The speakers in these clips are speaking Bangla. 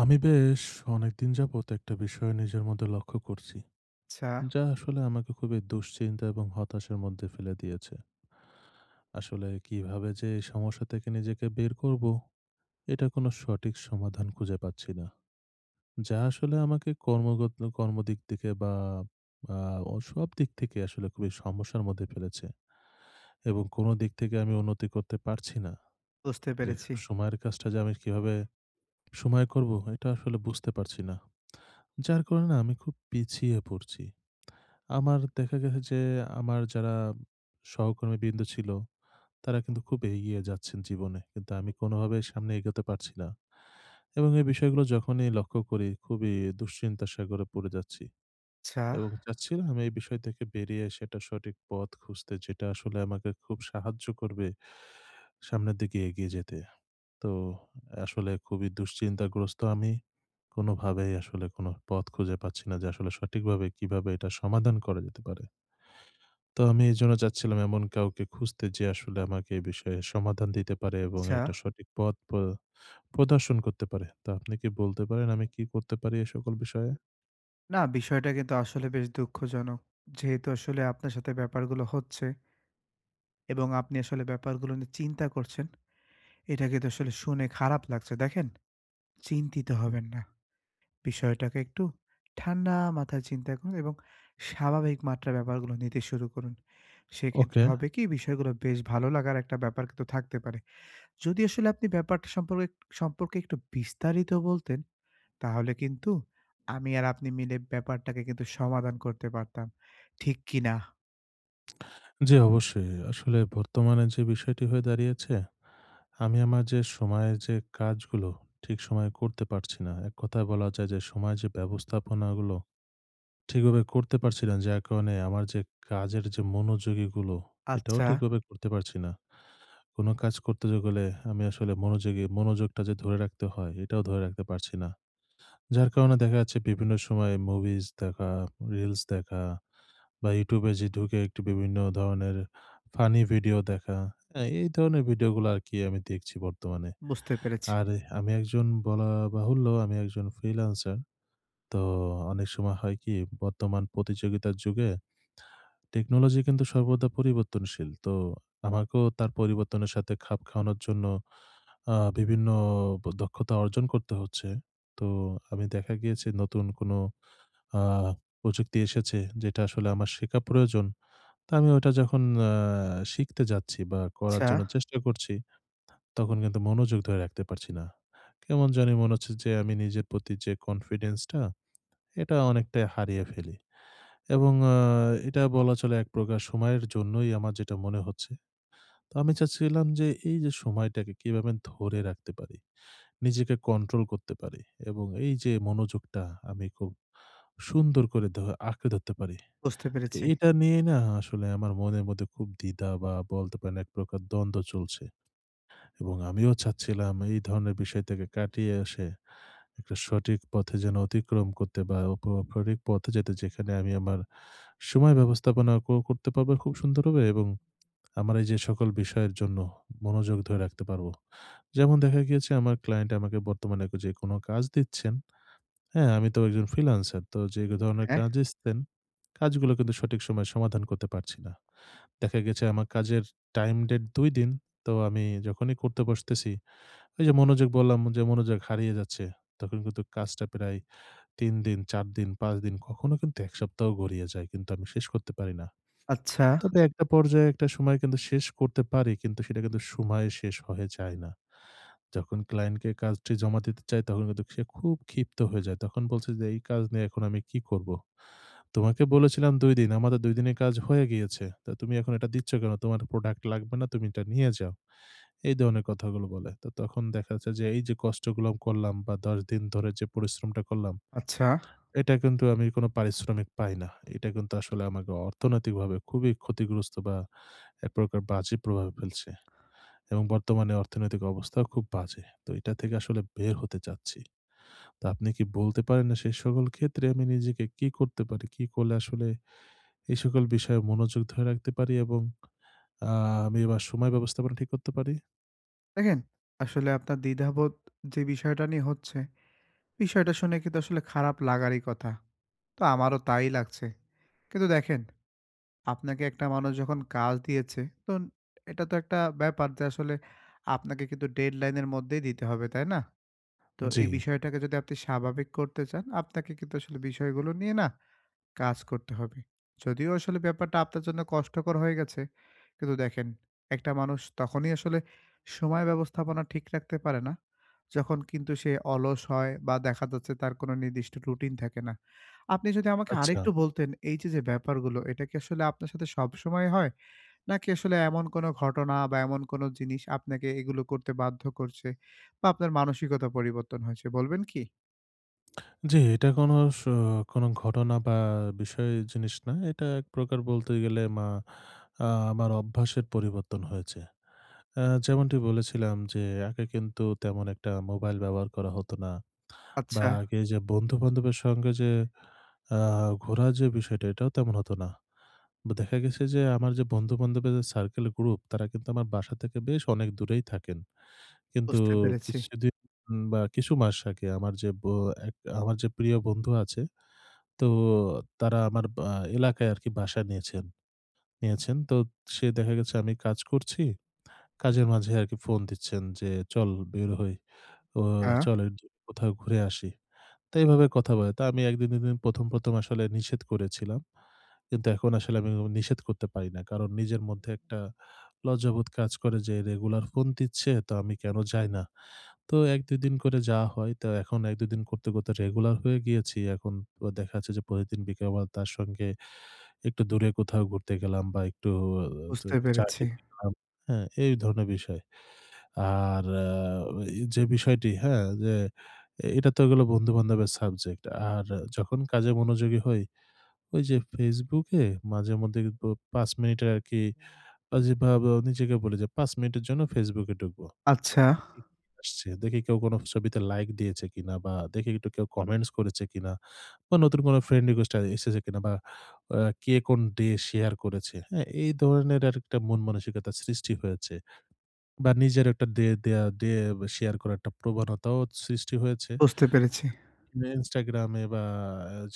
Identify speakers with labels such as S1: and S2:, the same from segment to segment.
S1: আমি বেশ অনেকদিন যাবৎ একটা বিষয় নিজের মধ্যে লক্ষ্য করছি,
S2: আচ্ছা,
S1: যা আসলে আমাকে খুবই দুশ্চিন্তা এবং হতাশার মধ্যে ফেলে দিয়েছে। আসলে কিভাবে যে এই সমস্যা থেকে নিজেকে বের করব, এটা কোনো সঠিক সমাধান খুঁজে পাচ্ছি না। যা আসলে আমাকে কর্মগত কর্মদিক থেকে বা আ ও সব দিক থেকে আসলে খুবই সমস্যার মধ্যে ফেলেছে এবং কোনো দিক থেকে আমি উন্নতি করতে পারছি না।
S2: বুঝতে
S1: যে
S2: পেরেছি।
S1: সময়ের কাজটা যে আমি কিভাবে সময় করব, এটা আসলে বুঝতে পারছি না। যার কারণে আমি খুব পিছিয়ে পড়ছি। আমার দেখা গেছে যে আমার যারা সহকর্মীবৃন্দ ছিল, তারা কিন্তু খুব এগিয়ে যাচ্ছেন জীবনে। কিন্তু আমি কোনোভাবে সামনে এগোতে পারছি না। এবং এই বিষয়গুলো যখনই লক্ষ্য করি, খুবই দুশ্চিন্তার সাগরে পড়ে যাচ্ছি।
S2: আচ্ছা,
S1: এবং চাচ্ছিলাম আমি এই বিষয় থেকে বেরিয়ে এসে একটা সঠিক পথ খুঁজতে, যেটা আসলে আমাকে খুব সাহায্য করবে সামনের দিকে এগিয়ে যেতে। তো আসলে খুবই দুশ্চিন্তাগ্রস্ত আমি। কোনোভাবেই আসলে কোনো পথ খুঁজে পাচ্ছি না যে আসলে সঠিকভাবে কিভাবে এটা সমাধান করা যেতে পারে। তো আমি এজন্য চাচ্ছিলাম এমন কাউকে খুঁজতে, যে আসলে আমাকে এই বিষয়ে সমাধান দিতে পারে এবং
S2: আচ্ছা।
S1: একটা সঠিক পথ প্রদর্শন করতে পারে। তো আপনি কি বলতে পারেন আমি কি করতে পারি এ সকল বিষয়ে?
S2: না বিষয়টা কিন্তু আসলে বেশ দুঃখজনক। যেহেতু আসলে আপনার সাথে ব্যাপারগুলো হচ্ছে এবং আপনি আসলে ব্যাপারগুলো নিয়ে চিন্তা করছেন, এটা কিন্তু আসলে শুনে খারাপ লাগছে। দেখেন, চিন্তিত হবেন না। বিষয়টাকে একটু ঠান্ডা মাথায় চিন্তা করুন এবং স্বাভাবিক মাত্রায় ব্যাপারগুলো নিতে শুরু করুন। সেক্ষেত্রে
S1: ওকে।
S2: হবে কি বিষয়গুলো বেশ ভালো লাগার একটা ব্যাপার কিন্তু থাকতে পারে। যদি আসলে আপনি ব্যাপারটা সম্পর্কে সম্পর্কে একটু বিস্তারিত বলতেন তাহলে কিন্তু আমি আর আপনি মিলে ব্যাপারটাকে কিন্তু সমাধান করতে পারতাম। ঠিক কি না?
S1: জি, অবশ্যই। আসলে বর্তমানে যে বিষয়টি হয়ে দাঁড়িয়েছে, আমি আমার যে সময়ে যে কাজগুলো ঠিক সময়ে করতে পারছি না। এক কথায় বলা যায় যে সময় যে ব্যবস্থাপনাগুলো ঠিকভাবে করতে পারছি না। যার কারণে আমার যে কাজের যে মনোযোগীগুলো, এটাও
S2: আচ্ছা,
S1: ঠিকভাবে করতে পারছি না। কোনো কাজ করতে যে গেলে আমি আসলে মনোযোগটা যে ধরে রাখতে হয়, এটাও ধরে রাখতে পারছি না। যার কারণে দেখা যাচ্ছে বিভিন্ন সময় মুভিজ দেখা, রিলস দেখা বা YouTube এ যে ঢুকে একটু বিভিন্ন ধরনের ফানি ভিডিও দেখা, হ্যাঁ? এই ধরনের ভিডিওগুলো আরকি আমি দেখছি বর্তমানে।
S2: বুঝতে পেরেছি।
S1: আর আমি একজন বাহুল্য আমি একজন ফ্রিল্যান্সার। তো অনেক সময় হয় কি, বর্তমান প্রতিযোগিতার যুগে টেকনোলজি কিন্তু সর্বদা পরিবর্তনশীল। তো আমাকেও তার পরিবর্তনের সাথে খাপ খাওয়ানোর জন্য বিভিন্ন দক্ষতা অর্জন করতে হচ্ছে। তো আমি দেখা গিয়েছে নতুন কোনো আ প্রযুক্তি এসেছে, যেটা আসলে আমার শেখা প্রয়োজন। তো আমি ওটা যখন আ শিখতে যাচ্ছি বা করার
S2: আচ্ছা,
S1: জন্য চেষ্টা করছি, তখন কিন্তু মনোযোগ ধরে রাখতে পারছি না। কেমন জানি মনে হচ্ছে যে আমি নিজের প্রতি যে কনফিডেন্সটা, এটা অনেকটাই হারিয়ে ফেলি। এবং এটা বলা চলে এক প্রকার সময়ের জন্যই আমার যেটা মনে হচ্ছে। তো আমি চাচ্ছিলাম যে এই যে সময়টাকে কিভাবে আমি ধরে রাখতে পারি, নিজেকে কন্ট্রোল করতে পারি এবং এই যে মনোযোগটা আমি খুব সুন্দর করে আঁকড়ে ধরতে পারি।
S2: বুঝতে
S1: তো
S2: পেরেছি।
S1: এটা নিয়ে না আসলে আমার মনের মধ্যে খুব দ্বিধা বা বলতে পারেন এক প্রকার দ্বন্দ্ব চলছে, এবং আমিও চাচ্ছিলাম এই ধরনের বিষয় থেকে কাটিয়ে এসে একটা সঠিক পথে যেন অতিক্রম করতে বা অপ সঠিক পথে যেতে, যেখানে আমি আমার সময় ব্যবস্থাপনা করতে পারবো খুব সুন্দর হবে, এবং আমার এই যে সকল বিষয়ের জন্য মনোযোগ ধরে রাখতে পারবো। যেমন দেখা গিয়েছে আমার ক্লায়েন্ট আমাকে বর্তমানে যে কোনো কাজ দিচ্ছেন, হ্যাঁ? আমি তো একজন ফ্রিল্যান্সার। তো যে ধরনের
S2: হ্যাঁ,
S1: কাজ দিচ্ছেন, কাজগুলো কিন্তু সঠিক সময়ে সমাধান করতে পারছি না। দেখা গেছে আমার কাজের টাইম ডেট ২ দিন। তো আমি যখনই করতে বসতেছি, ওই যে মনোযোগ বললাম যে মনোযোগ হারিয়ে যাচ্ছে। তখন কিন্তু কাজটা প্রায় ৩ দিন, ৪ দিন, ৫ দিন, কখনো কিন্তু ১ সপ্তাহ গড়িয়ে যায়। কিন্তু আমি শেষ করতে পারি না।
S2: আচ্ছা,
S1: তবে একটা পর্যায়ে একটা সময় কিন্তু শেষ করতে পারি, কিন্তু সেটা কিন্তু সময়ে শেষ হয়ে যায় না। যখন ক্লায়েন্টকে কাজটি জমা দিতে চাই, তখন কিন্তু সে খুব ক্ষিপ্ত হয়ে যায়। তখন বলছে যে, "এই কাজ নিয়ে এখন আমি কি করব? তোমাকে বলেছিলাম ২ দিন, আমাদের ২ দিনে কাজ হয়ে গিয়েছে। তা তুমি এখন এটা দিচ্ছ কেন? তোমার প্রোডাক্ট লাগবে না, তুমি এটা নিয়ে যাও।" এই ধরনের কথাগুলো বলে। তো তখন দেখা যাচ্ছে যে এই যে কষ্টগুলো আমি করলাম বা ১০ দিন ধরে যে পরিশ্রমটা করলাম,
S2: আচ্ছা।
S1: এটা কিন্তু আমি কোনো পারিশ্রমিক পাই না। এটা কিন্তু আসলে আমাকে অর্থনৈতিকভাবে খুবই ক্ষতিগ্রস্ত বা এক প্রকার বাজে প্রভাব ফেলছে, এবং বর্তমানে অর্থনৈতিক অবস্থাও খুব বাজে। তো এটা থেকে আসলে বের হতে চাচ্ছি। তো আপনি কি বলতে পারেন না সেই সকল ক্ষেত্রে আমি নিজেকে কি করতে পারি? কি করলে আসলে এই সকল বিষয়ে মনোযোগ ধরে রাখতে পারি এবং আ আমি আমার সময় ব্যবস্থাপনা ঠিক করতে পারি?
S2: দেখেন, আসলে আপনার দ্বিধাবোধ যে বিষয়টা নিয়ে হচ্ছে, বিষয়টা শুনে কিন্তু আসলে খারাপ লাগারই কথা। তো আমারও তাই লাগছে। কিন্তু দেখেন, আপনাকে একটা মানুষ যখন কাজ দিয়েছে, তো এটা তো একটা ব্যাপার যে আসলে আপনাকে কিন্তু ডেডলাইনের মধ্যেই দিতে হবে, তাই না? তো
S1: জি,
S2: এই বিষয়টাকে যদি আপনি স্বাভাবিক করতে চান, আপনাকে কিন্তু আসলে বিষয়গুলো নিয়ে না কাজ করতে হবে। যদিও আসলে ব্যাপারটা আপনার জন্য কষ্টকর হয়ে গেছে, কিন্তু দেখেন একটা মানুষ তখনই আসলে সময় ব্যবস্থাপনা ঠিক রাখতে পারে না, যখন কিন্তু সে অলস হয় বা দেখা যাচ্ছে তার কোনো নির্দিষ্ট রুটিন থাকে না। আপনি যদি আমাকে
S1: আচ্ছা।
S2: আরেকটু বলতেন এই যে, যে ব্যাপারগুলো এটা কি আসলে আপনার সাথে সবসময় হয়? নাকি আসলে এমন কোনো ঘটনা বা এমন কোনো জিনিস আপনাকে এগুলো করতে বাধ্য করছে বা আপনার মানসিকতা পরিবর্তন হয়েছে বলবেন কি?
S1: জি, এটা কোনো ঘটনা বা বিষয় জিনিস না। এটা এক প্রকার বলতে গেলে মা আ আমার অভ্যাসের পরিবর্তন হয়েছে। আ যেমনটি বলেছিলাম যে, আগে কিন্তু তেমন একটা মোবাইল ব্যবহার করা হতো না। বা
S2: আচ্ছা,
S1: আগে যে বন্ধু-বান্ধবের সঙ্গে যে আ ঘোরার যে বিষয়টা, এটাও তেমন হতো না। বা দেখা গেছে যে আমার যে বন্ধু-বান্ধবের যে সার্কেল গ্রুপ, তারা কিন্তু আমার বাসা থেকে বেশ অনেক দূরেই থাকেন। কিন্তু
S2: বুঝতে পেরেছি।
S1: কিছুদিন বা কিছু মাস আগে আমার যে ব এক আমার যে প্রিয় বন্ধু আছে, তো তারা আমার বা এলাকায় আরকি বাসা নিয়েছেন নিয়েছেন। তো সে দেখা গেছে আমি কাজ করছি, কাজের মাঝে আরকি ফোন দিচ্ছেন যে, "চল বের হই। ও
S2: হ্যাঁ,
S1: চল এর জন্য কোথাও ঘুরে আসি।" তো এভাবে কথা বলে। তা আমি ১ দিন ২ দিন, ১ম আসলে নিষেধ করেছিলাম। কিন্তু এখন আসলে আমি নিষেধ করতে পারি না। কারণ নিজের মধ্যে একটা লজ্জাবোধ কাজ করে যে রেগুলার ফোন দিচ্ছে, তো আমি কেন যাই না? তো ১-২ দিন করে যাওয়া হয়। তো এখন ১-২ দিন করতে করতে রেগুলার হয়ে গিয়েছি। এখন তো দেখা যাচ্ছে যে প্রতিদিন বিকেলবেলা তার সঙ্গে একটু দূরে কোথাও ঘুরতে গেলাম বা একটু অ চ
S2: বুঝতে
S1: চা
S2: পেরেছি।
S1: খেতে গেলাম। হ্যাঁ, এই ধরনের বিষয়। আর এ যে বিষয়টি, হ্যাঁ? যে এটা তো গেল বন্ধু-বান্ধবের সাবজেক্ট। আর যখন কাজে মনোযোগী হই, ওই যে Facebook এ মাঝেমধ্যে কিন্তু ৫ মিনিটের আরকি, আ যে বা বা নিজেকে বলি যে ৫ মিনিটের জন্য Facebook এ ঢুকবো।
S2: আচ্ছা,
S1: দেখি কি আসছে, দেখি কেউ কোনো ছবিতে লাইক দিয়েছে কিনা, বা দেখি একটু কেউ কমেন্টস করেছে কিনা, বা নতুন কোনো ফ্রেন্ড রিকোয়েস্ট এসেছে কিনা, বা আ কে কোন ডে শেয়ার করেছে। হ্যাঁ, এই ধরনের আরেকটা মন মানসিকতা সৃষ্টি হয়েছে। বা নিজের একটা দেয়া দিয়ে শেয়ার করার একটা প্রবণতাও সৃষ্টি হয়েছে।
S2: বুঝতে পেরেছি।
S1: Instagram এ বা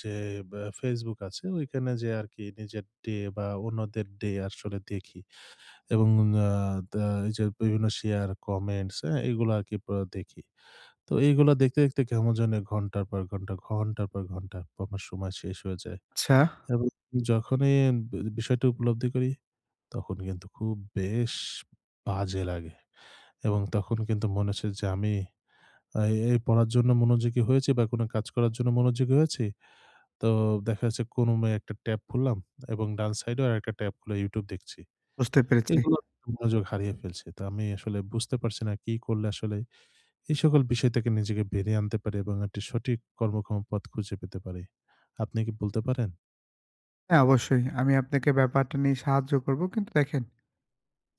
S1: যে বা Facebook আছে, ওইখানে যেয়ে আরকি নিজের ডে বা অন্যদের ডে আসলে দেখি, এবং আ দা এই যে বিভিন্ন শেয়ার, কমেন্টস, হ্যাঁ? এগুলো আরকি দেখি। তো এইগুলা দেখতে দেখতে কেমন জানি ঘন্টার পর ঘন্টা, ঘন্টার পর ঘন্টা আমার সময় শেষ হয়ে যায়,
S2: আচ্ছা,
S1: এবং যখনই বিষয়টা উপলব্ধি করি, তখন কিন্তু খুব বেশ বাজে লাগে, এবং তখন কিন্তু মনে হচ্ছে যে আমি আ এই পড়ার জন্য মনোযোগী হয়েছি বা কোনো কাজ করার জন্য মনোযোগী হয়েছি। তো দেখা যাচ্ছে ক্রমে একটা ট্যাব খুললাম, এবং ডান সাইডেও আরেকটা ট্যাব খুলে YouTube দেখছি।
S2: বুঝতে পেরেছি।
S1: এগুলো মনোযোগ হারিয়ে ফেলছে। তো আমি আসলে বুঝতে পারছি না কি করলে আসলে এই সকল বিষয় থেকে নিজেকে বেরিয়ে আনতে পারি এবং একটি সঠিক কর্মক্ষম পথ খুঁজে পেতে পারি। আপনি কি বলতে পারেন?
S2: হ্যাঁ, অবশ্যই আমি আপনাকে ব্যাপারটা নিয়ে সাহায্য করব। কিন্তু দেখেন,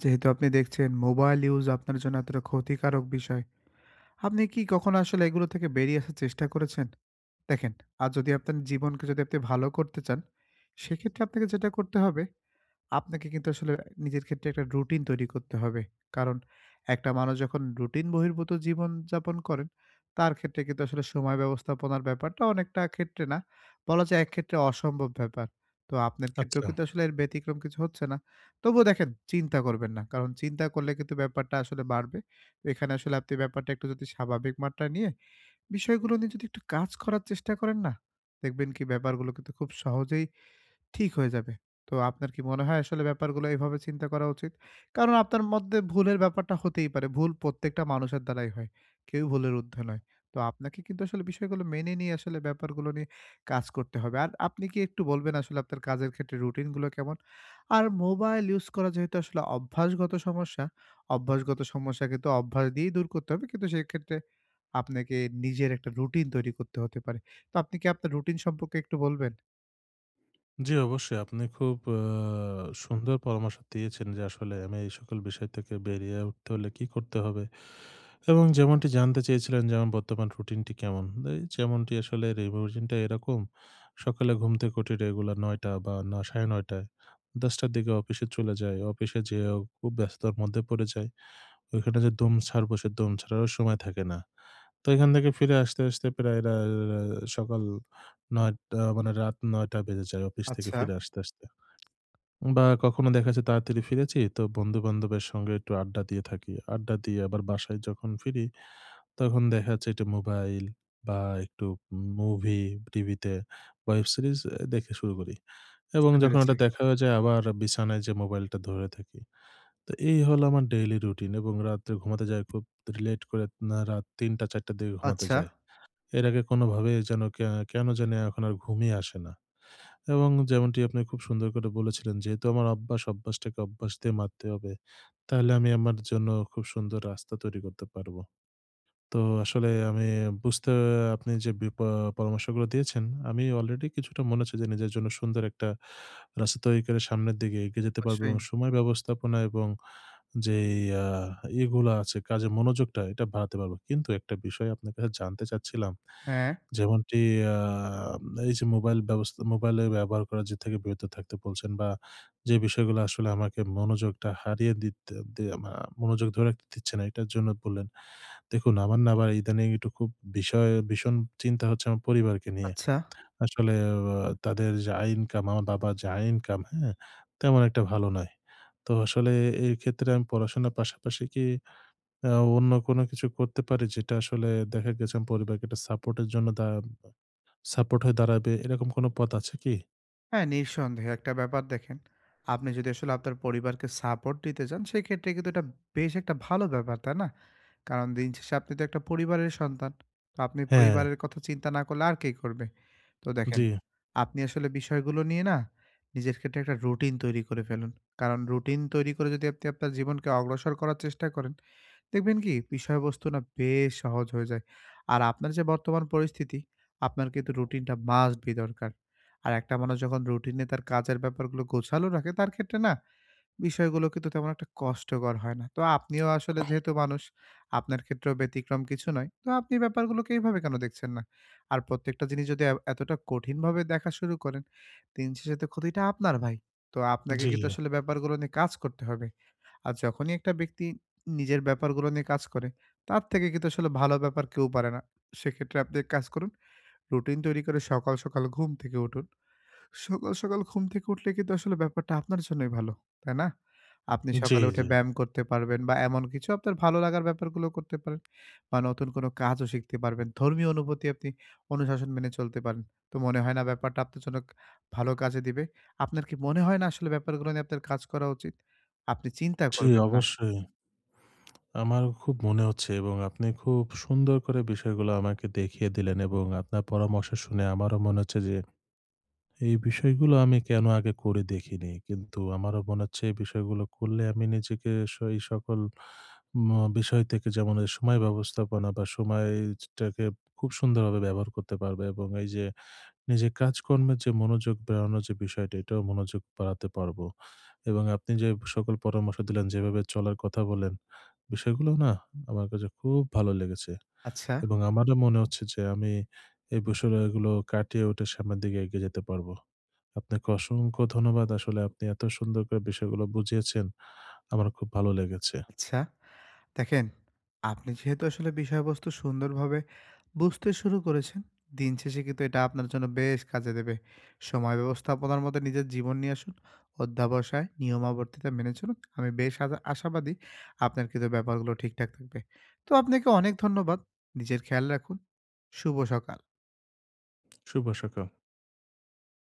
S2: যেহেতু আপনি দেখছেন মোবাইল ইউজ আপনার জন্য এতটা ক্ষতিকারক বিষয়, আপনি কি কখনো আসলে এগুলো থেকে বেরিয়ে আসার চেষ্টা করেছেন? দেখেন, আর যদি আপনার জীবনকে যদি আপনি ভালো করতে চান, সেক্ষেত্রে আপনাকে যেটা করতে হবে আপনাকে কিন্তু আসলে নিজের ক্ষেত্রে একটা রুটিন তৈরি করতে হবে। কারণ একটা মানুষ যখন রুটিন বহির্ভূত জীবনযাপন করেন, তার ক্ষেত্রে কিন্তু আসলে সময় ব্যবস্থাপনার ব্যাপারটা অনেকটা ক্ষেত্রে না, বলা যায় এক ক্ষেত্রে অসম্ভব ব্যাপার। তো আপনার ক্ষেত্রেও
S1: আচ্ছা।
S2: কিন্তু আসলে এর ব্যতিক্রম কিছু হচ্ছে না। তবুও দেখেন চিন্তা করবেন না। কারণ চিন্তা করলে কিন্তু ব্যাপারটা আসলে বাড়বে। তো এখানে আসলে আপনি ব্যাপারটা একটু যদি স্বাভাবিক মাত্রা নিয়ে, বিষয়গুলো নিয়ে যদি একটু কাজ করার চেষ্টা করেন না, দেখবেন কি ব্যাপারগুলো কিন্তু খুব সহজেই ঠিক হয়ে যাবে। তো আপনার কি মনে হয় আসলে ব্যাপারগুলো এভাবে চিন্তা করা উচিত? কারণ আপনার মধ্যে ভুলের ব্যাপারটা হতেই পারে। ভুল প্রত্যেকটা মানুষের দ্বারাই হয়। কেউ ভুলের ঊর্ধ্বে নয়। তো আপনাকে কিন্তু আসলে বিষয়গুলো মেনে নিয়ে আসলে ব্যাপারগুলো নিয়ে কাজ করতে হবে। আর আপনি কি একটু বলবেন আসলে আপনার কাজের ক্ষেত্রে রুটিন গুলো কেমন? আর মোবাইল ইউজ করা যেহেতু আসলে অভ্যাসগত সমস্যা, অভ্যাসগত সমস্যা কিন্তু অভ্যাস দিয়েই দূর করতে হবে। কিন্তু সেক্ষেত্রে আপনাকে নিজের একটা রুটিন তৈরি করতে হতে পারে। তো আপনি কি আপনার রুটিন সম্পর্কে একটু বলবেন?
S1: জি, অবশ্যই। আপনি খুব সুন্দর পরামর্শ দিয়েছেন যে আসলে আমি এই সকল বিষয় থেকে বেরিয়ে উঠতে হলে কি করতে হবে? এবং যেমনটি জানতে চেয়েছিলেন যে আমার বর্তমান রুটিনটি কেমন? এই যেমনটি আসলে রুটিনটা এরকম, সকালে ঘুম থেকে উঠি রেগুলার ৯:০০ বা ৯:৩০ ১০:০০ র দিকে অফিসে চলে যাই। অফিসে যেয়েও খুব ব্যস্ততার মধ্যে পড়ে যাই। ওইখানে যে দম ছাড়বো সে দম ছাড়ারও সময় থাকে না। তো এখান থেকে ফিরে আসতে আসতে প্রায় রা সকাল ৯:০০, মানে রাত ৯:০০ বেজে যায় অফিস থেকে
S2: আচ্ছা।
S1: ফিরে আসতে আসতে। বা কখনো দেখা যাচ্ছে তাড়াতাড়ি ফিরেছি, তো বন্ধু-বান্ধবের সঙ্গে একটু আড্ডা দিয়ে থাকি। আড্ডা দিয়ে আবার বাসায় যখন ফিরি, তখন দেখা যাচ্ছে একটু মোবাইল বা একটু মুভি, টিভিতে ওয়েব সিরিজ দেখে শুরু করি। এবং
S2: বুঝতে
S1: যখন
S2: পেরেছি।
S1: ওটা দেখা হয়ে যায় আবার বিছানায় যেয়ে মোবাইলটা ধরে থাকি। তো এই হলো আমার ডেইলি রুটিন, এবং রাত্রে ঘুমাতে যায় খুব লেট করে, না, রাত ৩টা-৪টার দিকে ঘুমাতে
S2: আচ্ছা।
S1: যায়। এর আগে কোনোভাবে যেন কে কেন জানি এখন আর ঘুমই আসে না। এবং যেমনটি আপনি খুব সুন্দর করে বলেছিলেন যেহেতু আমার অভ্যাস, অভ্যাসটাকে অভ্যাস দিয়ে মারতে হবে। তাহলে আমি আমার জন্য খুব সুন্দর রাস্তা তৈরি করতে পারব। তো আসলে আমি বুঝতে আপনি যে পরামর্শগুলো দিয়েছেন, আমি অলরেডি কিছুটা মনে হচ্ছে যে নিজের জন্য সুন্দর একটা রাস্তা তৈরি করে সামনের দিকে এগিয়ে যেতে পারবো
S2: অবশ্যই।
S1: এবং সময় ব্যবস্থাপনা এবং যেই আ ইয়েগুলা আছে কাজের মনোযোগটা এটা বাড়াতে পারবো। কিন্তু একটা বিষয় আপনার কাছে জানতে চাচ্ছিলাম।
S2: হ্যাঁ।
S1: যেমনটি আ এই যে মোবাইলে ব্যবহার করা যে থেকে বিরত থাকতে বলছেন, বা যে বিষয়গুলো আসলে আমাকে মনোযোগটা হারিয়ে দিতে দে আমা মনোযোগ ধরে রাখতে দিচ্ছে না, এটার জন্য বললেন। দেখুন, আমার না আবার ইদানিং একটু খুব বিষয় ভীষণ চিন্তা হচ্ছে আমার পরিবারকে নিয়ে।
S2: আচ্ছা।
S1: আসলে তাদের যা ইনকাম, আমার বাবার যা ইনকাম, হ্যাঁ? তেমন একটা ভালো নয়। তো আসলে এই ক্ষেত্রে আমি পড়াশোনার পাশাপাশি কি আ অন্য কোনো কিছু করতে পারি, যেটা আসলে দেখা গেছে আমি পরিবারকে একটা সাপোর্ট এর জন্য সাপোর্ট হয়ে দাঁড়াবে, এরকম কোনো পথ আছে কি?
S2: হ্যাঁ, নিঃসন্দেহে একটা ব্যাপার দেখেন, আপনি যদি আসলে আপনার পরিবারকে সাপোর্ট দিতে চান, সেক্ষেত্রে কিন্তু এটা বেশ একটা ভালো ব্যাপার, তাই না? কারণ দিন শেষে আপনি তো একটা পরিবারের সন্তান। তো আপনি
S1: হ্যাঁ,
S2: পরিবারের কথা চিন্তা না করলে আর কে করবে? তো দেখেন,
S1: জি,
S2: আপনি আসলে বিষয়গুলো নিয়ে না নিজের ক্ষেত্রে একটা রুটিন তৈরি করে ফেলুন। কারণ রুটিন তৈরি করে যদি আপনি আপনার জীবনকে অগ্রসর করার চেষ্টা করেন, দেখবেন কি বিষয়বস্তু না বেশ সহজ হয়ে যায়। আর আপনার যে বর্তমান পরিস্থিতি, আপনার কিন্তু রুটিনটা মাস্ট বি দরকার। আর একটা মানুষ যখন রুটিনে তার কাজের ব্যাপারগুলো গোছালো রাখে, তার ক্ষেত্রে না বিষয়গুলো কিন্তু তেমন একটা কষ্টকর হয় না। তো আপনিও আসলে যেহেতু মানুষ, আপনার ক্ষেত্রেও ব্যতিক্রম কিছু নয়। তো আপনি ব্যাপারগুলোকে এইভাবে কেন দেখছেন না? আর প্রত্যেকটা জিনিস যদি এতটা কঠিনভাবে দেখা শুরু করেন, দিন শেষে তো ক্ষতিটা আপনার ভাই। তো আপনাকে
S1: জি,
S2: কিন্তু আসলে ব্যাপারগুলো নিয়ে কাজ করতে হবে। আর যখনই একটা ব্যক্তি নিজের ব্যাপারগুলো নিয়ে কাজ করে, তার থেকে কিন্তু আসলে ভালো ব্যাপার কেউ পারে না। সেক্ষেত্রে আপনি এক কাজ করুন, রুটিন তৈরি করে সকাল, সকাল ঘুম থেকে উঠুন। সকাল, সকাল ঘুম থেকে উঠলে কিন্তু আসলে ব্যাপারটা আপনার জন্যই ভালো, তাই না? আপনি
S1: জি,
S2: সকালে উঠে
S1: জি,
S2: ব্যায়াম করতে পারবেন বা এমন কিছু আপনার ভালো লাগার ব্যাপারগুলো করতে পারেন বা নতুন কোনো কাজও শিখতে পারবেন। ধর্মীয় অনুভূতি আপনি অনুশাসন মেনে চলতে পারেন। তো মনে হয় না ব্যাপারটা আপনার জন্য ভালো কাজে দিবে? আপনার কি মনে হয় না আসলে ব্যাপারগুলো নিয়ে আপনার কাজ করা উচিত? আপনি চিন্তা
S1: জি,
S2: করবেন না।
S1: অবশ্যই। আমার খুব মনে হচ্ছে, এবং আপনি খুব সুন্দর করে বিষয়গুলো আমাকে দেখিয়ে দিলেন, এবং আপনার পরামর্শ শুনে আমারও মনে হচ্ছে যে এই বিষয়গুলো আমি কেন আগে করে দেখিনি, কিন্তু আমারও মনে হচ্ছে এই বিষয়গুলো করলে আমি নিজেকে এই সকল উম, বিষয় থেকে, যেমন এই সময় ব্যবস্থাপনা বা সময়টাকে খুব সুন্দরভাবে ব্যবহার করতে পারবে, এবং এই যে নিজের কাজকর্মের যে মনোযোগ বাড়ানোর যে বিষয়টা, এটাও মনোযোগ বাড়াতে পারবো, এবং আপনি যে সকল পরামর্শ দিলেন, যেভাবে চলার কথা বলেন, বিষয়গুলো না আমার কাছে খুব ভালো লেগেছে,
S2: আচ্ছা,
S1: এবং আমারও মনে হচ্ছে যে আমি এই বিষয়গুলো কাটিয়ে উঠে সামনের দিকে এগিয়ে যেতে পারবো। আপনাকে অসংখ্য ধন্যবাদ। আসলে আপনি এত সুন্দর করে বিষয়গুলো বুঝিয়েছেন। আমার খুব ভালো লেগেছে।
S2: আচ্ছা। দেখেন, আপনি যেহেতু আসলে বিষয়বস্তু সুন্দরভাবে বুঝতে শুরু করেছেন, দিন শেষে কিন্তু এটা আপনার জন্য বেশ কাজে দেবে। সময় ব্যবস্থাপনার মধ্যে নিজের জীবন নিয়ে আসুন, অধ্যবসায়, নিয়মাবর্তিতা মেনে চলুন। আমি বেশ আশাবাদী আপনার কিন্তু ব্যাপারগুলো ঠিকঠাক থাকবে। তো আপনাকে অনেক ধন্যবাদ। নিজের খেয়াল রাখুন। শুভ সকাল।
S1: শুভ সকাল।